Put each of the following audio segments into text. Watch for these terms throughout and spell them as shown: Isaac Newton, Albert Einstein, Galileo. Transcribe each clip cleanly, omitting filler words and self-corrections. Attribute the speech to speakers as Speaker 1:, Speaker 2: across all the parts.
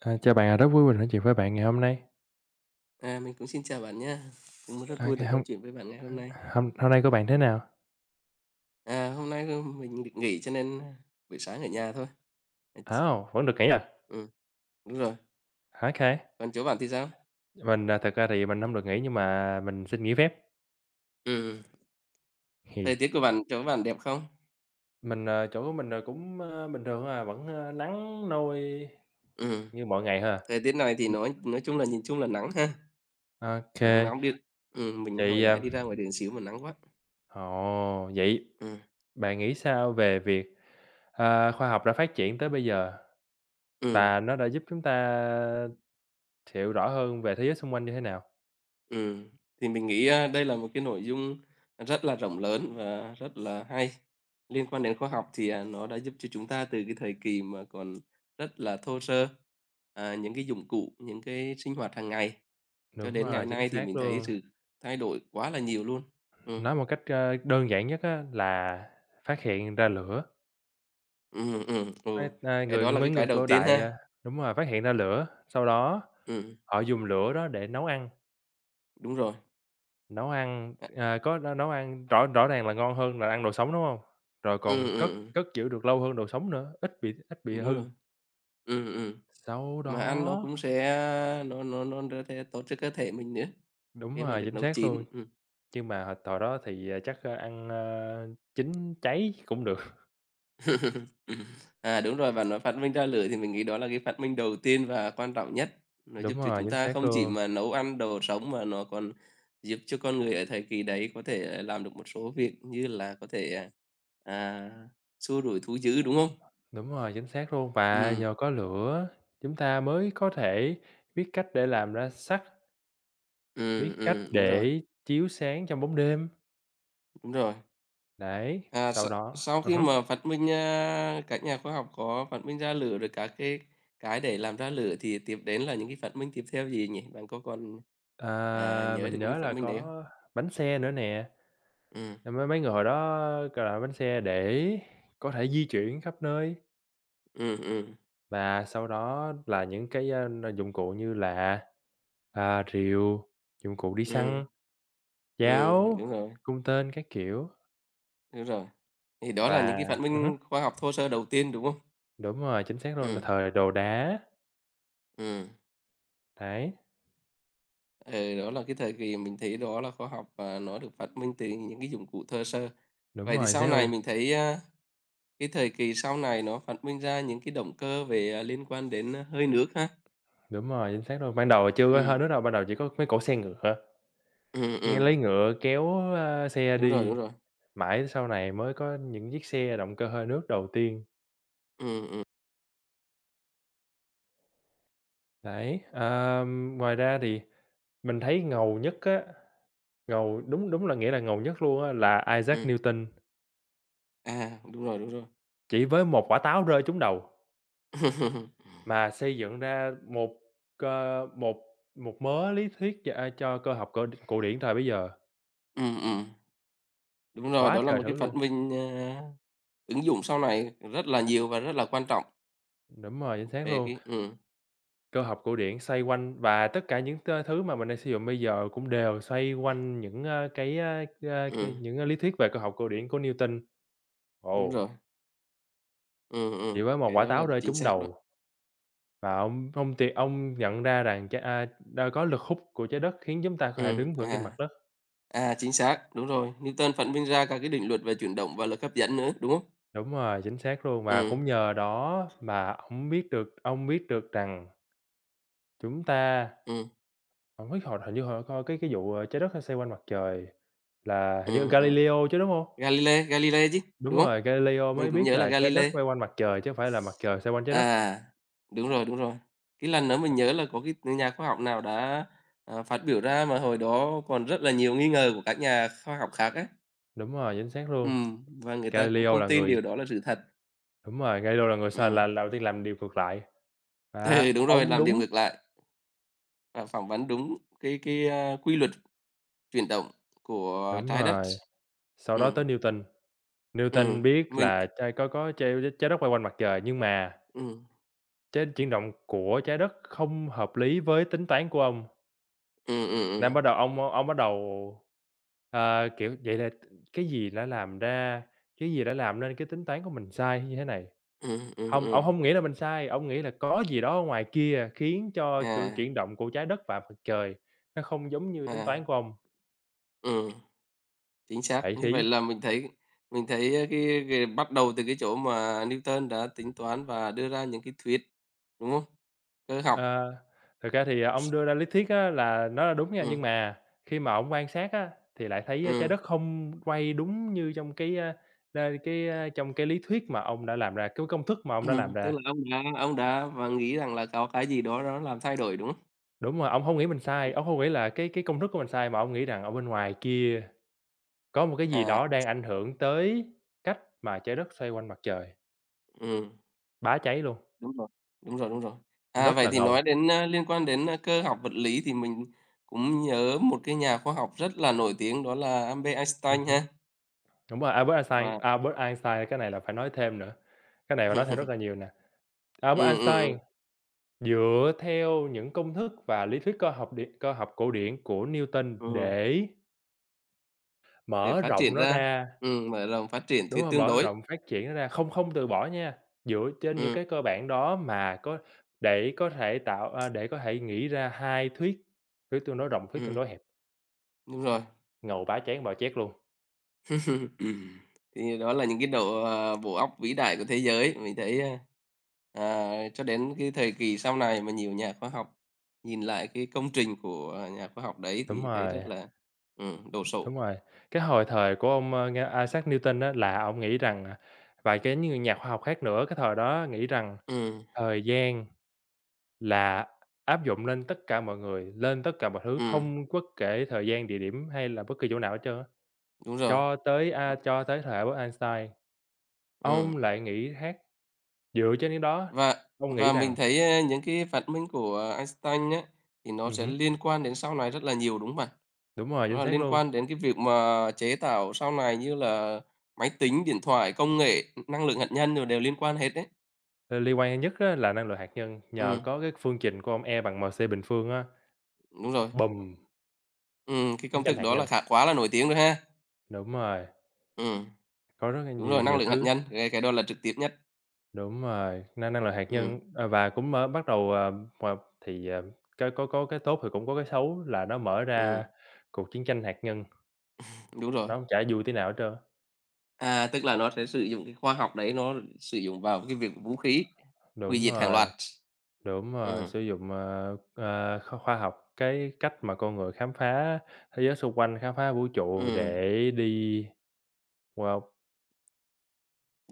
Speaker 1: Chào bạn, rất vui mình nói chuyện với bạn ngày hôm nay.
Speaker 2: Mình cũng xin chào bạn nha. Cũng rất vui
Speaker 1: Ngày
Speaker 2: được nói
Speaker 1: hôm
Speaker 2: chuyện với bạn ngày hôm nay.
Speaker 1: hôm hôm nay của bạn thế nào?
Speaker 2: Hôm nay, mình được nghỉ cho nên, buổi sáng ở nhà thôi. À, ch
Speaker 1: Ồ, vẫn được nghỉ à?
Speaker 2: ừm, Đúng rồi.
Speaker 1: OK,
Speaker 2: Còn chỗ bạn thì sao?
Speaker 1: mình, thật ra thì mình không được nghỉ nhưng mà mình xin nghỉ phép.
Speaker 2: Ừm,
Speaker 1: Hì.
Speaker 2: Thời tiết của bạn chỗ bạn đẹp không?
Speaker 1: Mình, chỗ của mình, cũng, bình thường à, vẫn, nắng nôi
Speaker 2: Ừm,
Speaker 1: như mọi ngày thôi. OK.
Speaker 2: Thời tiết này thì nói chung là nhìn chung là nắng ha,
Speaker 1: Ô kê,
Speaker 2: nắng nóng điên. Mình hồi
Speaker 1: vậy,
Speaker 2: nãy đi ra ngoài đường xíu mà nắng quá.
Speaker 1: vậy
Speaker 2: Ừm,
Speaker 1: bạn nghĩ sao về việc, khoa học đã phát triển tới bây giờ
Speaker 2: ừm.
Speaker 1: và nó đã giúp chúng ta hiểu rõ hơn về thế giới xung quanh như thế nào?
Speaker 2: Ừ thì mình nghĩ, đây là một cái nội dung rất là rộng lớn và rất là hay. Liên quan đến khoa học thì, nó đã giúp cho chúng ta từ cái thời kỳ mà còn rất là thô sơ, những cái dụng cụ, những cái sinh hoạt hàng ngày, cho
Speaker 1: Đúng
Speaker 2: đến ngày
Speaker 1: rồi, chính
Speaker 2: nay thì
Speaker 1: xác
Speaker 2: mình thấy
Speaker 1: luôn.
Speaker 2: sự thay đổi quá là nhiều luôn. ừ
Speaker 1: Nói một cách, đơn giản nhất á là phát hiện ra lửa,
Speaker 2: ừm, ừm, ừ, cái đó là cái
Speaker 1: mấy
Speaker 2: cái
Speaker 1: người
Speaker 2: đầu
Speaker 1: cổ
Speaker 2: tiên
Speaker 1: đại,
Speaker 2: ha.
Speaker 1: a đúng rồi, phát hiện ra lửa, sau đó
Speaker 2: Ừm,
Speaker 1: họ dùng lửa đó để nấu ăn.
Speaker 2: Đúng rồi.
Speaker 1: Nấu ăn,
Speaker 2: À,
Speaker 1: à, có n Nấu ăn rõ rõ ràng là ngon hơn là ăn đồ sống, đúng không? Rồi
Speaker 2: ừm,
Speaker 1: còn
Speaker 2: ừm,
Speaker 1: cất
Speaker 2: ừm,
Speaker 1: cất giữ được lâu hơn đồ sống nữa, ít bị hư.
Speaker 2: Đúng rồi. ừ ừ
Speaker 1: Sau
Speaker 2: mà ăn nó
Speaker 1: đó
Speaker 2: cũng sẽ, nó sẽ tốt cho cơ thể mình nữa.
Speaker 1: đúng
Speaker 2: Khi mà
Speaker 1: rồi,
Speaker 2: được
Speaker 1: chính
Speaker 2: nấu
Speaker 1: xác
Speaker 2: chín.
Speaker 1: luôn, nhưng mà hồi hồi đó thì, chắc, ăn, chín cháy cũng được.
Speaker 2: Đúng rồi, bạn nói phát minh ra lửa thì mình nghĩ đó là cái phát minh đầu tiên và quan trọng nhất. Nó giúp
Speaker 1: Đúng
Speaker 2: cho
Speaker 1: rồi,
Speaker 2: chúng
Speaker 1: chính
Speaker 2: ta
Speaker 1: xác
Speaker 2: không chỉ
Speaker 1: luôn.
Speaker 2: mà nấu ăn đồ sống mà nó còn giúp cho con người ở thời kỳ đấy có thể, làm được một số việc như là có thể, à, xua đuổi thú dữ, đúng không?
Speaker 1: Đúng rồi, chính xác luôn và
Speaker 2: Ừm,
Speaker 1: nhờ có lửa chúng ta mới có thể biết cách để làm ra sắt, biết cách
Speaker 2: đúng rồi,
Speaker 1: để chiếu sáng trong bóng đêm.
Speaker 2: đúng rồi.
Speaker 1: Đấy, sau
Speaker 2: Sau
Speaker 1: đó
Speaker 2: sau
Speaker 1: ừ
Speaker 2: khi
Speaker 1: hứ.
Speaker 2: mà phát minh, các nhà khoa học có phát minh ra lửa rồi các cái để làm ra lửa thì tiếp đến là những cái phát minh tiếp theo gì nhỉ? Bạn có còn, nhớ được
Speaker 1: Mình
Speaker 2: những
Speaker 1: nhớ
Speaker 2: phát
Speaker 1: là
Speaker 2: minh đấy không?
Speaker 1: có bánh xe nữa nè,
Speaker 2: Ừm,
Speaker 1: mấy mấy người hồi đó, gọi là bánh xe để có thể di chuyển khắp nơi,
Speaker 2: ừm, ừm,
Speaker 1: và sau đó là những cái dụng cụ như là, rìu, dụng cụ đi
Speaker 2: ừm,
Speaker 1: săn, giáo,
Speaker 2: đúng rồi,
Speaker 1: cung tên các kiểu
Speaker 2: đúng rồi. Thì đó là những
Speaker 1: và
Speaker 2: cái phát
Speaker 1: ừ.
Speaker 2: minh khoa học thô sơ đầu tiên, đúng không?
Speaker 1: Đúng rồi, chính xác luôn,
Speaker 2: Ừm,
Speaker 1: thời đồ đá.
Speaker 2: ừm,
Speaker 1: Đấy,
Speaker 2: ừ, Đó là cái thời kỳ mình thấy đó là khoa học, nó được phát minh từ những cái dụng cụ thô sơ.
Speaker 1: đúng
Speaker 2: Vậy thì
Speaker 1: rồi, chính
Speaker 2: sau
Speaker 1: xác
Speaker 2: này
Speaker 1: luôn,
Speaker 2: mình thấy, cái thời kỳ sau này nó phát minh ra những cái động cơ về, liên quan đến, hơi nước ha?
Speaker 1: đúng rồi, chính xác luôn. Ban đầu chưa có hơi
Speaker 2: Ừm,
Speaker 1: nước đâu, ban đầu chỉ có mấy cỗ xe ngựa,
Speaker 2: ừm,
Speaker 1: nghe
Speaker 2: ừm,
Speaker 1: lấy ngựa kéo, xe
Speaker 2: đúng rồi, đúng
Speaker 1: đi.
Speaker 2: rồi.
Speaker 1: Mãi sau này mới có những chiếc xe động cơ hơi nước đầu tiên.
Speaker 2: Ừm, ừm,
Speaker 1: Đấy, ngoài ra thì mình thấy ngầu nhất á, ngầu đúng đúng là nghĩa là ngầu nhất luôn á là Isaac
Speaker 2: ừm.
Speaker 1: Newton,
Speaker 2: Đúng rồi, đúng rồi.
Speaker 1: chỉ với một quả táo rơi trúng đầu mà xây dựng ra một, ờ, một một mớ lý thuyết cho, cho cơ học cổ điển thời bấy giờ.
Speaker 2: Ừm, ừm, Đúng rồi,
Speaker 1: Quá
Speaker 2: đó là
Speaker 1: trời
Speaker 2: một cái
Speaker 1: thứ
Speaker 2: phát
Speaker 1: luôn,
Speaker 2: minh, ứng dụng sau này rất là nhiều và rất là quan trọng
Speaker 1: đúng rồi, chính xác
Speaker 2: về
Speaker 1: luôn.
Speaker 2: cái.
Speaker 1: Cơ học cổ điển xoay quanh và tất cả những thứ mà mình đang sử dụng bây giờ cũng đều xoay quanh những cái
Speaker 2: Ừm,
Speaker 1: những lý thuyết về cơ học cổ điển của Newton.
Speaker 2: Đúng
Speaker 1: Ồ,
Speaker 2: rồi.
Speaker 1: chỉ với một
Speaker 2: Cái
Speaker 1: quả
Speaker 2: đó là
Speaker 1: táo rơi
Speaker 2: chính
Speaker 1: trúng
Speaker 2: xác đó.
Speaker 1: đầu và ông nhận ra rằng đã có lực hút của trái đất khiến chúng ta có thể
Speaker 2: Ừm,
Speaker 1: đứng vững trên mặt
Speaker 2: à,
Speaker 1: đất.
Speaker 2: Chính xác, đúng rồi, Newton phát minh ra cả cái định luật về chuyển động và lực hấp dẫn nữa, đúng không?
Speaker 1: Đúng rồi, chính xác luôn, và
Speaker 2: Ừm,
Speaker 1: cũng nhờ đó mà ổng biết được ông biết được rằng chúng ta
Speaker 2: ừm,
Speaker 1: hổng biết hồi, hình như hồi coi cái vụ, trái đất nó xoay quanh mặt trời. Là hình như
Speaker 2: ừm, ừm.
Speaker 1: Galileo chứ, đúng hông?
Speaker 2: Galilei, Galilei chứ,
Speaker 1: Đúng
Speaker 2: đúng không?
Speaker 1: rồi, Galileo mới
Speaker 2: Mình cũng
Speaker 1: biết
Speaker 2: nhớ là
Speaker 1: là trái đất
Speaker 2: Galilei.
Speaker 1: quay quanh mặt trời chứ hông phải là mặt trời xoay quanh trái đất.
Speaker 2: À, Đúng rồi, đúng rồi. Cái lần đó mình nhớ là có cái nhà khoa học nào đã, phát biểu ra mà hồi đó còn rất là nhiều nghi ngờ của các nhà khoa học khác á.
Speaker 1: Đúng rồi, chính xác luôn.
Speaker 2: Và người ta cũng
Speaker 1: Galileo
Speaker 2: không
Speaker 1: là
Speaker 2: tin
Speaker 1: người,
Speaker 2: điều đó là sự thật.
Speaker 1: đúng rồi, Galileo là người sao,
Speaker 2: Ừm,
Speaker 1: là đầu tiên làm điều ngược lại.
Speaker 2: ừ, Đúng rồi,
Speaker 1: Ông
Speaker 2: làm điều
Speaker 1: đúng
Speaker 2: ngược lại và phỏng vấn đúng cái, quy luật chuyển động của
Speaker 1: đúng
Speaker 2: Trái Đất.
Speaker 1: rồi, sau đó
Speaker 2: Ừ,
Speaker 1: tới Newton.
Speaker 2: ừ,
Speaker 1: Newton biết
Speaker 2: mình,
Speaker 1: là trái có trái trái đất quay quanh mặt trời, nhưng mà
Speaker 2: ừ,
Speaker 1: cái chuyển động của trái đất không hợp lý với tính toán của ông.
Speaker 2: ừ, ừ,
Speaker 1: Nam bắt
Speaker 2: ừ,
Speaker 1: đầu ông bắt đầu, ờ, kiểu, vậy là cái gì đã làm ra cái gì đã làm nên cái tính toán của mình sai như thế này?
Speaker 2: ừ,
Speaker 1: Hông, ổng hông nghĩ là mình sai, ổng nghĩ là có gì đó ở ngoài kia khiến cho, kiểu,
Speaker 2: à,
Speaker 1: chuyển động của trái đất và mặt trời nó không giống như tính
Speaker 2: à,
Speaker 1: toán của ông.
Speaker 2: ừm. Chính xác.
Speaker 1: Vậy
Speaker 2: Như vậy
Speaker 1: thì
Speaker 2: là mình thấy, cái bắt đầu từ cái chỗ mà Newton đã tính toán và đưa ra những cái thuyết, đúng không? Cơ học.
Speaker 1: ờ, thực ra thì ông đưa ra lý thuyết á là nó là đúng nha,
Speaker 2: Ừm,
Speaker 1: nhưng mà khi mà ổng quan sát á thì lại thấy trái
Speaker 2: ừm,
Speaker 1: đất không quay đúng như trong cái, a, a, cái, a, trong cái lý thuyết mà ông đã làm ra, cái công thức mà ông đã làm
Speaker 2: Tức
Speaker 1: ra.
Speaker 2: là ông đã và nghĩ rằng là có cái gì đó nó làm thay đổi, đúng không?
Speaker 1: Đúng rồi, ông không nghĩ mình sai,
Speaker 2: Ừm,
Speaker 1: ông không nghĩ là cái công thức của mình sai, mà ông nghĩ rằng ở bên ngoài kia có một cái gì
Speaker 2: à,
Speaker 1: đó đang ảnh hưởng tới cách mà trái đất xoay quanh mặt trời.
Speaker 2: ừm,
Speaker 1: Bá cháy luôn,
Speaker 2: đúng rồi, đúng rồi, đúng rồi.
Speaker 1: rất
Speaker 2: Vậy
Speaker 1: là
Speaker 2: thì
Speaker 1: ngầu.
Speaker 2: nói đến, liên quan đến, cơ học vật lý thì mình cũng nhớ một cái nhà khoa học rất là nổi tiếng đó là Albert Einstein
Speaker 1: Hứm,
Speaker 2: ha,
Speaker 1: đúng rồi,
Speaker 2: và
Speaker 1: Albert Einstein cái này là phải nói thêm nữa, cái này phải nói thêm rất là nhiều nè. Albert
Speaker 2: ừm, ừm,
Speaker 1: Einstein
Speaker 2: ừm,
Speaker 1: dựa theo những công thức và lý thuyết cơ học cổ điển của Newton
Speaker 2: ừm.
Speaker 1: để
Speaker 2: Để
Speaker 1: mở
Speaker 2: phát triển
Speaker 1: rộng nó
Speaker 2: ra,
Speaker 1: ra.
Speaker 2: mở rộng phát triển
Speaker 1: Đúng
Speaker 2: thì
Speaker 1: rồi,
Speaker 2: tương
Speaker 1: mở
Speaker 2: đối.
Speaker 1: rộng phát triển nó ra, không không từ bỏ nha, dựa trên những
Speaker 2: Ừm,
Speaker 1: cái cơ bản đó mà có để có thể để có thể nghĩ ra 2 thuyết, thuyết tương đối rộng, thuyết tương
Speaker 2: ừm,
Speaker 1: đối hẹp,
Speaker 2: Đúng rồi.
Speaker 1: ngầu bá chán bạo chét luôn.
Speaker 2: Thì đó là những cái đầu, bộ óc vĩ đại của thế giới. Mình thấy, cho đến cái thời kỳ sau này mà nhiều nhà khoa học nhìn lại cái công trình của nhà khoa học đấy
Speaker 1: Đúng
Speaker 2: thì thấy rất
Speaker 1: rồi,
Speaker 2: là đồ sộ.
Speaker 1: đúng rồi. Cái hồi thời của ông, nghe Isaac Newton á là ông nghĩ rằng, và cái như nhà khoa học khác nữa, cái thời đó nghĩ rằng
Speaker 2: Ừm,
Speaker 1: thời gian là áp dụng lên tất cả mọi người, lên tất cả mọi thứ,
Speaker 2: ừm,
Speaker 1: không bất kể thời gian, địa điểm hay là bất kỳ chỗ nào hết trơn á.
Speaker 2: đúng rồi.
Speaker 1: Cho tới thời của Einstein,
Speaker 2: Ừm,
Speaker 1: ông lại nghĩ khác. Dựa trên cái đó,
Speaker 2: và
Speaker 1: ông nghĩ
Speaker 2: và mình
Speaker 1: rằng.
Speaker 2: thấy, những cái phát minh của Einstein á, thì nó
Speaker 1: Ừm
Speaker 2: sẽ
Speaker 1: hứm,
Speaker 2: liên quan đến sau này rất là nhiều, đúng không bạn?
Speaker 1: đúng rồi,
Speaker 2: Đó
Speaker 1: chính
Speaker 2: là
Speaker 1: xác
Speaker 2: liên
Speaker 1: luôn.
Speaker 2: quan đến cái việc mà chế tạo sau này như là máy tính, điện thoại, công nghệ, năng lượng hạt nhân rồi đều liên quan hết đấy.
Speaker 1: Ờ, Liên quan nhất á là năng lượng hạt nhân, nhờ
Speaker 2: Ừm,
Speaker 1: có cái phương trình của ông E bằng MC bình phương á,
Speaker 2: Đúng rồi.
Speaker 1: bùm,
Speaker 2: Cái
Speaker 1: chiến
Speaker 2: công
Speaker 1: tranh
Speaker 2: thức
Speaker 1: hạt
Speaker 2: đó là
Speaker 1: nhân.
Speaker 2: khá quá là nổi tiếng rồi ha.
Speaker 1: Đúng rồi,
Speaker 2: Ừm,
Speaker 1: có rất là
Speaker 2: Đúng
Speaker 1: nhiều
Speaker 2: rồi, năng
Speaker 1: nhiều
Speaker 2: lượng hạt
Speaker 1: thứ.
Speaker 2: nhân, cái đó là trực tiếp nhất.
Speaker 1: Đúng rồi, năng năng lượng hạt
Speaker 2: Ừm,
Speaker 1: nhân, và cũng bắt đầu, thì, cái có cái tốt thì cũng có cái xấu là nó mở
Speaker 2: ừm,
Speaker 1: ra cuộc chiến tranh hạt nhân,
Speaker 2: Đúng rồi.
Speaker 1: nó chả vui tí nào hết trơn á.
Speaker 2: Tức là nó sẽ sử dụng cái khoa học đấy, nó sử dụng vào cái việc vũ khí hủy
Speaker 1: Đúng
Speaker 2: diệt hàng loạt.
Speaker 1: rồi. Đúng rồi,
Speaker 2: Ừm,
Speaker 1: sử dụng, khoa học, cái cách mà con người khám phá thế giới xung quanh, khám phá vũ trụ
Speaker 2: ừm.
Speaker 1: để đi. Wow,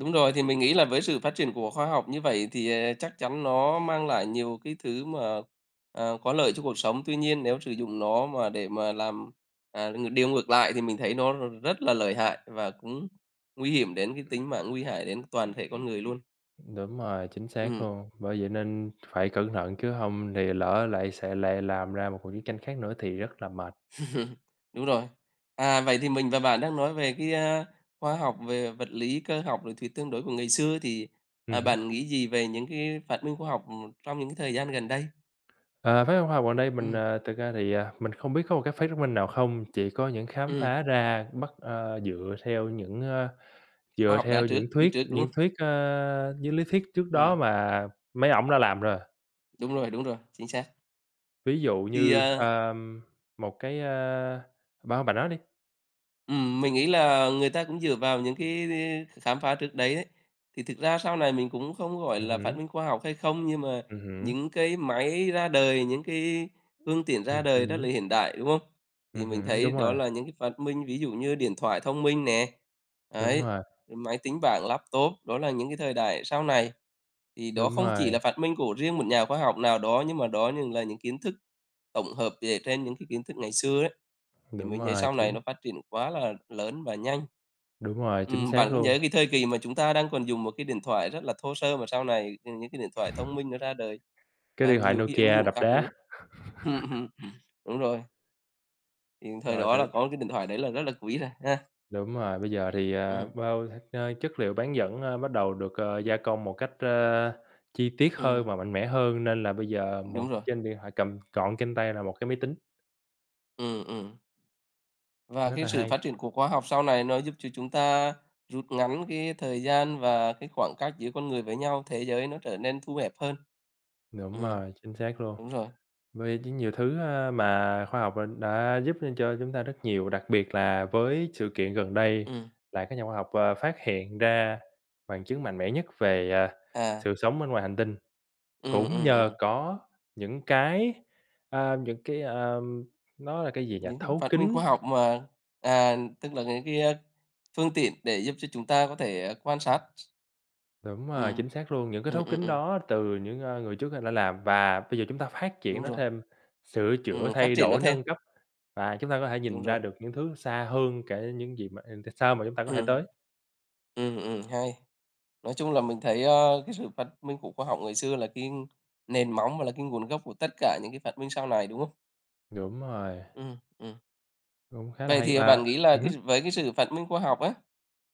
Speaker 2: Đúng rồi, thì mình nghĩ là với sự phát triển của khoa học như vậy thì, chắc chắn nó mang lại nhiều cái thứ mà, có lợi cho cuộc sống. Tuy nhiên nếu sử dụng nó mà để mà làm, à, ng điều ngược lại thì mình thấy nó rất là lợi hại và cũng nguy hiểm đến cái tính mạng, nguy hại đến toàn thể con người luôn.
Speaker 1: đúng rồi, chính xác
Speaker 2: Ừm,
Speaker 1: luôn. Bởi vậy nên phải cẩn thận chứ không thì lỡ lại sẽ làm ra một cuộc chiến tranh khác nữa thì rất là mệt.
Speaker 2: đúng rồi. Vậy thì mình và bạn đang nói về cái, khoa học về vật lý, cơ học, rồi thuyết tương đối của ngày xưa thì,
Speaker 1: Hứm.
Speaker 2: bạn nghĩ gì về những cái phát minh khoa học trong những cái thời gian gần đây?
Speaker 1: Ờ, phá Khoa học gần đây mình,
Speaker 2: Ừm,
Speaker 1: thực ra thì, mình không biết có một cái phát minh nào không, chỉ có những khám
Speaker 2: ừm.
Speaker 1: phá ra dựa theo những, ơ,
Speaker 2: Khoa
Speaker 1: dựa
Speaker 2: học đã
Speaker 1: theo những
Speaker 2: trước đi trước, đúng không?
Speaker 1: những lý thuyết trước đó
Speaker 2: Ừm,
Speaker 1: mà mấy ổng đã làm rồi.
Speaker 2: Đúng rồi, đúng rồi, chính xác.
Speaker 1: Ví dụ
Speaker 2: Thì,
Speaker 1: như, một cái, bạn bạn nói đi.
Speaker 2: mình nghĩ là người ta cũng dựa vào những cái khám phá trước đấy đấy, thì thực ra sau này mình cũng không gọi là phát
Speaker 1: Hứm.
Speaker 2: minh khoa học hay không, nhưng mà
Speaker 1: Ừm hứm.
Speaker 2: những cái máy ra đời, những cái phương tiện ra
Speaker 1: Ừm
Speaker 2: đời rất
Speaker 1: hứm.
Speaker 2: là hiện đại, đúng không? Thì
Speaker 1: Ừm
Speaker 2: mình
Speaker 1: hứm.
Speaker 2: thấy
Speaker 1: Đúng rồi,
Speaker 2: đó là những cái phát minh ví dụ như điện thoại thông minh nè,
Speaker 1: đúng
Speaker 2: ấy,
Speaker 1: rồi,
Speaker 2: máy tính bảng, laptop, đó là những cái thời đại sau này. Thì đó
Speaker 1: đúng
Speaker 2: không chỉ
Speaker 1: rồi,
Speaker 2: là phát minh của riêng một nhà khoa học nào đó, nhưng mà đó nhưng là những kiến thức tổng hợp dựa trên những cái kiến thức ngày xưa ấy, thì
Speaker 1: đúng
Speaker 2: mình thấy
Speaker 1: rồi,
Speaker 2: sau này nó phát triển quá là lớn và nhanh.
Speaker 1: đúng rồi, chính xác
Speaker 2: Bạn có nhớ
Speaker 1: luôn.
Speaker 2: cái thời kỳ mà chúng ta đang còn dùng một cái điện thoại rất là thô sơ mà sau này những cái điện thoại thông minh nó ra đời
Speaker 1: Cái
Speaker 2: và
Speaker 1: điện thoại
Speaker 2: nhiều cái ứng
Speaker 1: Nokia
Speaker 2: dụng
Speaker 1: đập
Speaker 2: khác nữa.
Speaker 1: đá,
Speaker 2: Đúng rồi, thì thời
Speaker 1: rồi
Speaker 2: đó
Speaker 1: từ.
Speaker 2: là có cái điện thoại đấy là rất là quý rồi ha.
Speaker 1: Đúng rồi, bây giờ thì,
Speaker 2: Ừm,
Speaker 1: chất liệu bán dẫn, bắt đầu được, gia công một cách, chi tiết hơn
Speaker 2: ừm,
Speaker 1: và mạnh mẽ hơn, nên là bây giờ
Speaker 2: Đúng
Speaker 1: một
Speaker 2: rồi.
Speaker 1: trên điện thoại cầm gọn trên tay là một cái máy tính,
Speaker 2: Ừm, ừm. Và
Speaker 1: rất
Speaker 2: cái
Speaker 1: là
Speaker 2: sự phát
Speaker 1: hay.
Speaker 2: triển của khoa học sau này nó giúp cho chúng ta rút ngắn cái thời gian và cái khoảng cách giữa con người với nhau, thế giới nó trở nên thu hẹp hơn.
Speaker 1: Đúng
Speaker 2: Ừm,
Speaker 1: rồi, chính xác luôn.
Speaker 2: Đúng rồi.
Speaker 1: Với chứ nhiều thứ, mà khoa học, đã giúp nên cho chúng ta rất nhiều, đặc biệt là với sự kiện gần đây
Speaker 2: ừm,
Speaker 1: là các nhà khoa học, phát hiện ra bằng chứng mạnh mẽ nhất về,
Speaker 2: à,
Speaker 1: sự sống bên ngoài hành tinh,
Speaker 2: ừm,
Speaker 1: cũng
Speaker 2: ừm,
Speaker 1: nhờ
Speaker 2: ừm,
Speaker 1: có những cái, những cái, nó là cái gì nhỉ?
Speaker 2: những cái
Speaker 1: Thấu
Speaker 2: phát minh
Speaker 1: kính.
Speaker 2: khoa học mà, tức là những cái, phương tiện để giúp cho chúng ta có thể, quan sát.
Speaker 1: Đúng rồi,
Speaker 2: Ừm,
Speaker 1: chính xác luôn, những cái
Speaker 2: ừm,
Speaker 1: thấu
Speaker 2: ừm,
Speaker 1: kính
Speaker 2: ừm,
Speaker 1: đó từ những, người trước đã làm và bây giờ chúng ta phát triển
Speaker 2: Đúng
Speaker 1: nó
Speaker 2: rồi.
Speaker 1: thêm, sửa chữa,
Speaker 2: Phát
Speaker 1: thay
Speaker 2: triển nó
Speaker 1: đổi,
Speaker 2: thêm.
Speaker 1: nâng cấp. Và chúng ta có thể
Speaker 2: Đúng
Speaker 1: nhìn
Speaker 2: rồi.
Speaker 1: ra được những thứ xa hơn cả những gì mà, xa mà chúng ta có thể tới.
Speaker 2: ừm, Hay. Nói chung là mình thấy, cái sự phát minh của khoa học ngày xưa là cái nền móng và là cái nguồn gốc của tất cả những cái phát minh sau này, đúng không?
Speaker 1: Đúng rồi,
Speaker 2: Ừm, ừm.
Speaker 1: cũng khá là
Speaker 2: Vậy
Speaker 1: hay,
Speaker 2: thì bạn
Speaker 1: và.
Speaker 2: nghĩ là
Speaker 1: Ừm
Speaker 2: cái
Speaker 1: hứm.
Speaker 2: với cái sự phát minh khoa học á,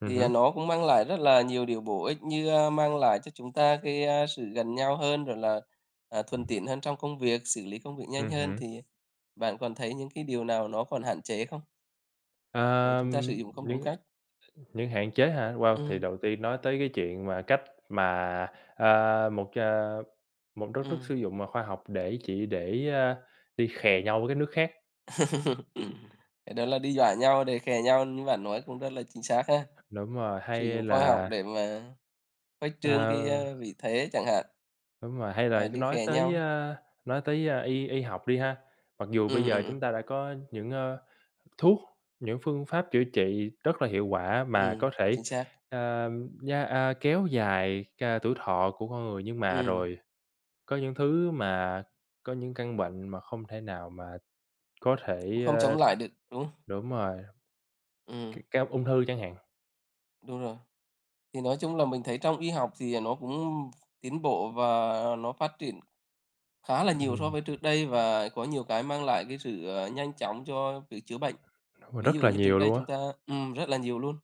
Speaker 1: Ừm
Speaker 2: thì,
Speaker 1: hứm.
Speaker 2: nó cũng mang lại rất là nhiều điều bổ ích như, mang lại cho chúng ta cái, sự gần nhau hơn, rồi là, thuần tiện hơn trong công việc, xử lý công việc nhanh
Speaker 1: Ừm
Speaker 2: hơn,
Speaker 1: hứm.
Speaker 2: thì bạn còn thấy những cái điều nào nó còn hạn chế không? Nếu chúng ta sử
Speaker 1: Ờm,
Speaker 2: dụng không đúng
Speaker 1: những
Speaker 2: cách.
Speaker 1: những hạn chế hả? Wow, thì
Speaker 2: Ừ.
Speaker 1: đầu tiên nói tới cái chuyện mà cách mà, à, một, ờ, một đất nước
Speaker 2: ừm.
Speaker 1: sử dụng, khoa học chỉ để, đi khè nhau với các nước khác.
Speaker 2: Cái đó là đi dọa nhau, để khè nhau như bạn nói cũng rất là chính xác ha.
Speaker 1: Đúng rồi,
Speaker 2: Sử
Speaker 1: hay
Speaker 2: dụng khoa học
Speaker 1: là,
Speaker 2: để mà khuếch trương cái,
Speaker 1: ờ,
Speaker 2: vị thế chẳng hạn,
Speaker 1: đúng rồi, hay là
Speaker 2: và đi khè nhau.
Speaker 1: nói tới, y y học đi ha. Mặc dù
Speaker 2: Ừ,
Speaker 1: bây
Speaker 2: ừ,
Speaker 1: giờ chúng ta đã có những, ơ thuốc, những phương pháp chữa trị rất là hiệu quả mà có thể,
Speaker 2: chính xác.
Speaker 1: ờ, kéo dài tuổi thọ của con người, nhưng mà
Speaker 2: Ừ,
Speaker 1: rồi có những thứ mà có những căn bệnh mà không thể nào mà có
Speaker 2: cũng
Speaker 1: thể,
Speaker 2: không
Speaker 1: ơ
Speaker 2: chống lại được, đúng hông?
Speaker 1: Đúng rồi,
Speaker 2: Ừm,
Speaker 1: cái cao ung thư chẳng hạn.
Speaker 2: Đúng rồi. Thì nói chung là mình thấy trong y học thì nó cũng tiến bộ và nó phát triển khá là nhiều so
Speaker 1: Ừm.
Speaker 2: với trước đây và có nhiều cái mang lại cái sự, nhanh chóng cho việc chữa bệnh.
Speaker 1: Mà
Speaker 2: Ví dụ
Speaker 1: rất là
Speaker 2: như trước
Speaker 1: nhiều
Speaker 2: đây
Speaker 1: luôn á.
Speaker 2: chúng ta, rất là nhiều luôn.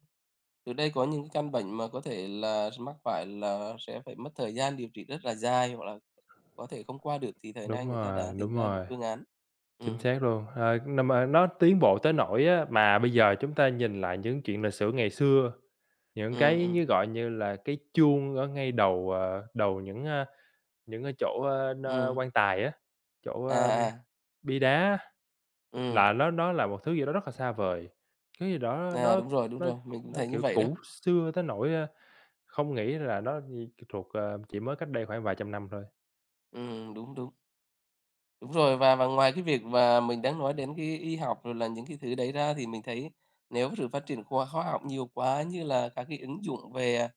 Speaker 2: Trước đây có những cái căn bệnh mà có thể là mắc phải là sẽ phải mất thời gian điều trị rất là dài hoặc là có thể không qua được thì thời nay người ta đã tìm
Speaker 1: Đúng
Speaker 2: ra được
Speaker 1: rồi,
Speaker 2: phương án.
Speaker 1: chính
Speaker 2: Ừm,
Speaker 1: xác luôn. Ờ, n Mà nó tiến bộ tới nỗi á, mà bây giờ chúng ta nhìn lại những chuyện lịch sử ngày xưa, những
Speaker 2: ừm,
Speaker 1: cái
Speaker 2: ừm,
Speaker 1: như, gọi như là, cái chuông ở ngay đầu, đầu những, những cái chỗ,
Speaker 2: ừm,
Speaker 1: quan tài á, chỗ,
Speaker 2: à, à,
Speaker 1: bia đá á,
Speaker 2: ừm,
Speaker 1: là nó là một thứ gì đó rất là xa vời. Cái gì đó
Speaker 2: Đúng rồi, đúng
Speaker 1: nó
Speaker 2: rồi, mình cũng
Speaker 1: nó,
Speaker 2: thấy như
Speaker 1: kiểu,
Speaker 2: vậy đó.
Speaker 1: cũ xưa tới nỗi, không nghĩ là nó gì thuộc, chỉ mới cách đây khoảng vài trăm năm thôi.
Speaker 2: Đúng, đúng. Đúng rồi, và ngoài cái việc mà mình đang nói đến cái y học rồi là những cái thứ đấy ra thì mình thấy nếu sự phát triển khoa khoa học nhiều quá như là các cái ứng dụng về,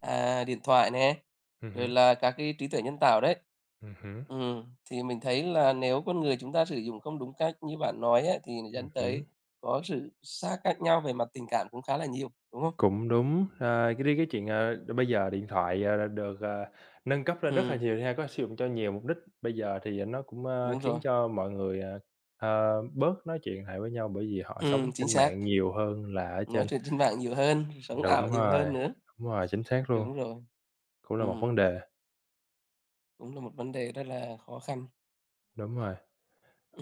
Speaker 2: điện thoại nè, rồi
Speaker 1: Hứm.
Speaker 2: là các cái trí tuệ nhân tạo đấy.
Speaker 1: Ừm hứm.
Speaker 2: Thì mình thấy là nếu con người chúng ta sử dụng không đúng cách như bạn nói á, thì
Speaker 1: Ừm
Speaker 2: dẫn tới
Speaker 1: hứm.
Speaker 2: có sự xa cách nhau về mặt tình cảm cũng khá là nhiều, đúng không?
Speaker 1: Cũng đúng, cái chuyện, bây giờ điện thoại, được, nâng cấp lên rất là
Speaker 2: Ừm,
Speaker 1: nhiều ha, có sử dụng cho nhiều mục đích. Bây giờ thì, nó cũng,
Speaker 2: Đúng rồi.
Speaker 1: khiến cho mọi người, bớt nói chuyện lại với nhau bởi vì họ sống
Speaker 2: Chính
Speaker 1: trên
Speaker 2: xác,
Speaker 1: mạng nhiều hơn là ở
Speaker 2: nói
Speaker 1: trên.
Speaker 2: chuyện trên mạng nhiều hơn, sống ảo
Speaker 1: Đúng
Speaker 2: nhiều hơn
Speaker 1: rồi,
Speaker 2: nữa.
Speaker 1: đúng rồi, chính xác luôn,
Speaker 2: Đúng rồi,
Speaker 1: cũng là một
Speaker 2: ừm.
Speaker 1: vấn đề,
Speaker 2: Cũng là một vấn đề rất là khó khăn.
Speaker 1: đúng rồi.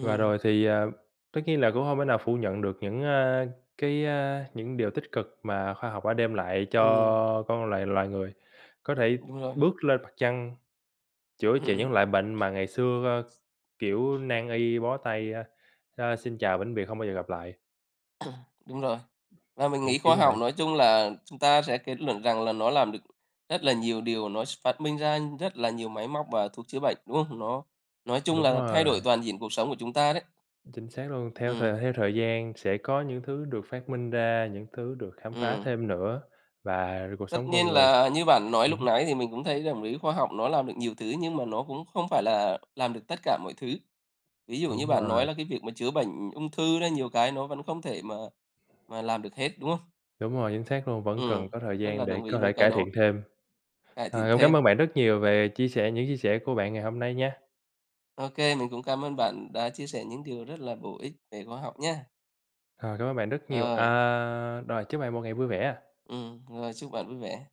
Speaker 1: Và rồi thì, tất nhiên là cũng không thể nào phủ nhận được những, những điều tích cực mà khoa học đã đem lại
Speaker 2: ừm,
Speaker 1: cho loài loài người. Có thể
Speaker 2: đúng rồi,
Speaker 1: bước lên mặt trăng. Chữa trị
Speaker 2: ừm,
Speaker 1: những loại bệnh mà ngày xưa, kiểu, nan y, bó tay, xin chào vĩnh biệt, không bao giờ gặp lại,
Speaker 2: đúng rồi. Và mình
Speaker 1: những
Speaker 2: nghĩ
Speaker 1: kiểu
Speaker 2: khoa
Speaker 1: như
Speaker 2: học
Speaker 1: vậy.
Speaker 2: nói chung là chúng ta sẽ kết luận rằng là nó làm được rất là nhiều điều, nó phát minh ra rất là nhiều máy móc và thuốc chữa bệnh, đúng không? Nó nói chung
Speaker 1: Đúng
Speaker 2: là thay đổi
Speaker 1: rồi,
Speaker 2: toàn diện cuộc sống của chúng ta đấy.
Speaker 1: chính xác luôn.
Speaker 2: Ừm,
Speaker 1: Theo thời gian sẽ có những thứ được phát minh ra, những thứ được khám phá
Speaker 2: ừm.
Speaker 1: thêm nữa và cuộc
Speaker 2: Tất
Speaker 1: sống
Speaker 2: nhiên
Speaker 1: con người.
Speaker 2: là như bạn nói
Speaker 1: Ừm
Speaker 2: lúc
Speaker 1: hứm,
Speaker 2: nãy thì mình cũng thấy đồng ý khoa học nó làm được nhiều thứ nhưng mà nó cũng không phải là làm được tất cả mọi thứ. Ví dụ như
Speaker 1: đúng
Speaker 2: bạn nói
Speaker 1: rồi,
Speaker 2: là cái việc mà chữa bệnh ung thư đấy, nhiều cái nó vẫn không thể mà làm được hết, đúng không?
Speaker 1: đúng rồi, chính xác luôn, vẫn cần
Speaker 2: Ừ,
Speaker 1: có thời
Speaker 2: rất là
Speaker 1: gian để
Speaker 2: đồng ý
Speaker 1: có
Speaker 2: với
Speaker 1: thể
Speaker 2: cái
Speaker 1: cải
Speaker 2: đó,
Speaker 1: thiện thêm.
Speaker 2: cải thiện
Speaker 1: Cũng
Speaker 2: thêm.
Speaker 1: cảm ơn bạn rất nhiều về chia sẻ những chia sẻ của bạn ngày hôm nay nha.
Speaker 2: Ok, mình cũng cảm ơn bạn đã chia sẻ những điều rất là bổ ích về khoa học nha.
Speaker 1: Ờ, Cảm ơn bạn rất nhiều.
Speaker 2: Rồi,
Speaker 1: Rồi, chúc bạn một ngày vui vẻ.
Speaker 2: rồi chúc bạn vui vẻ.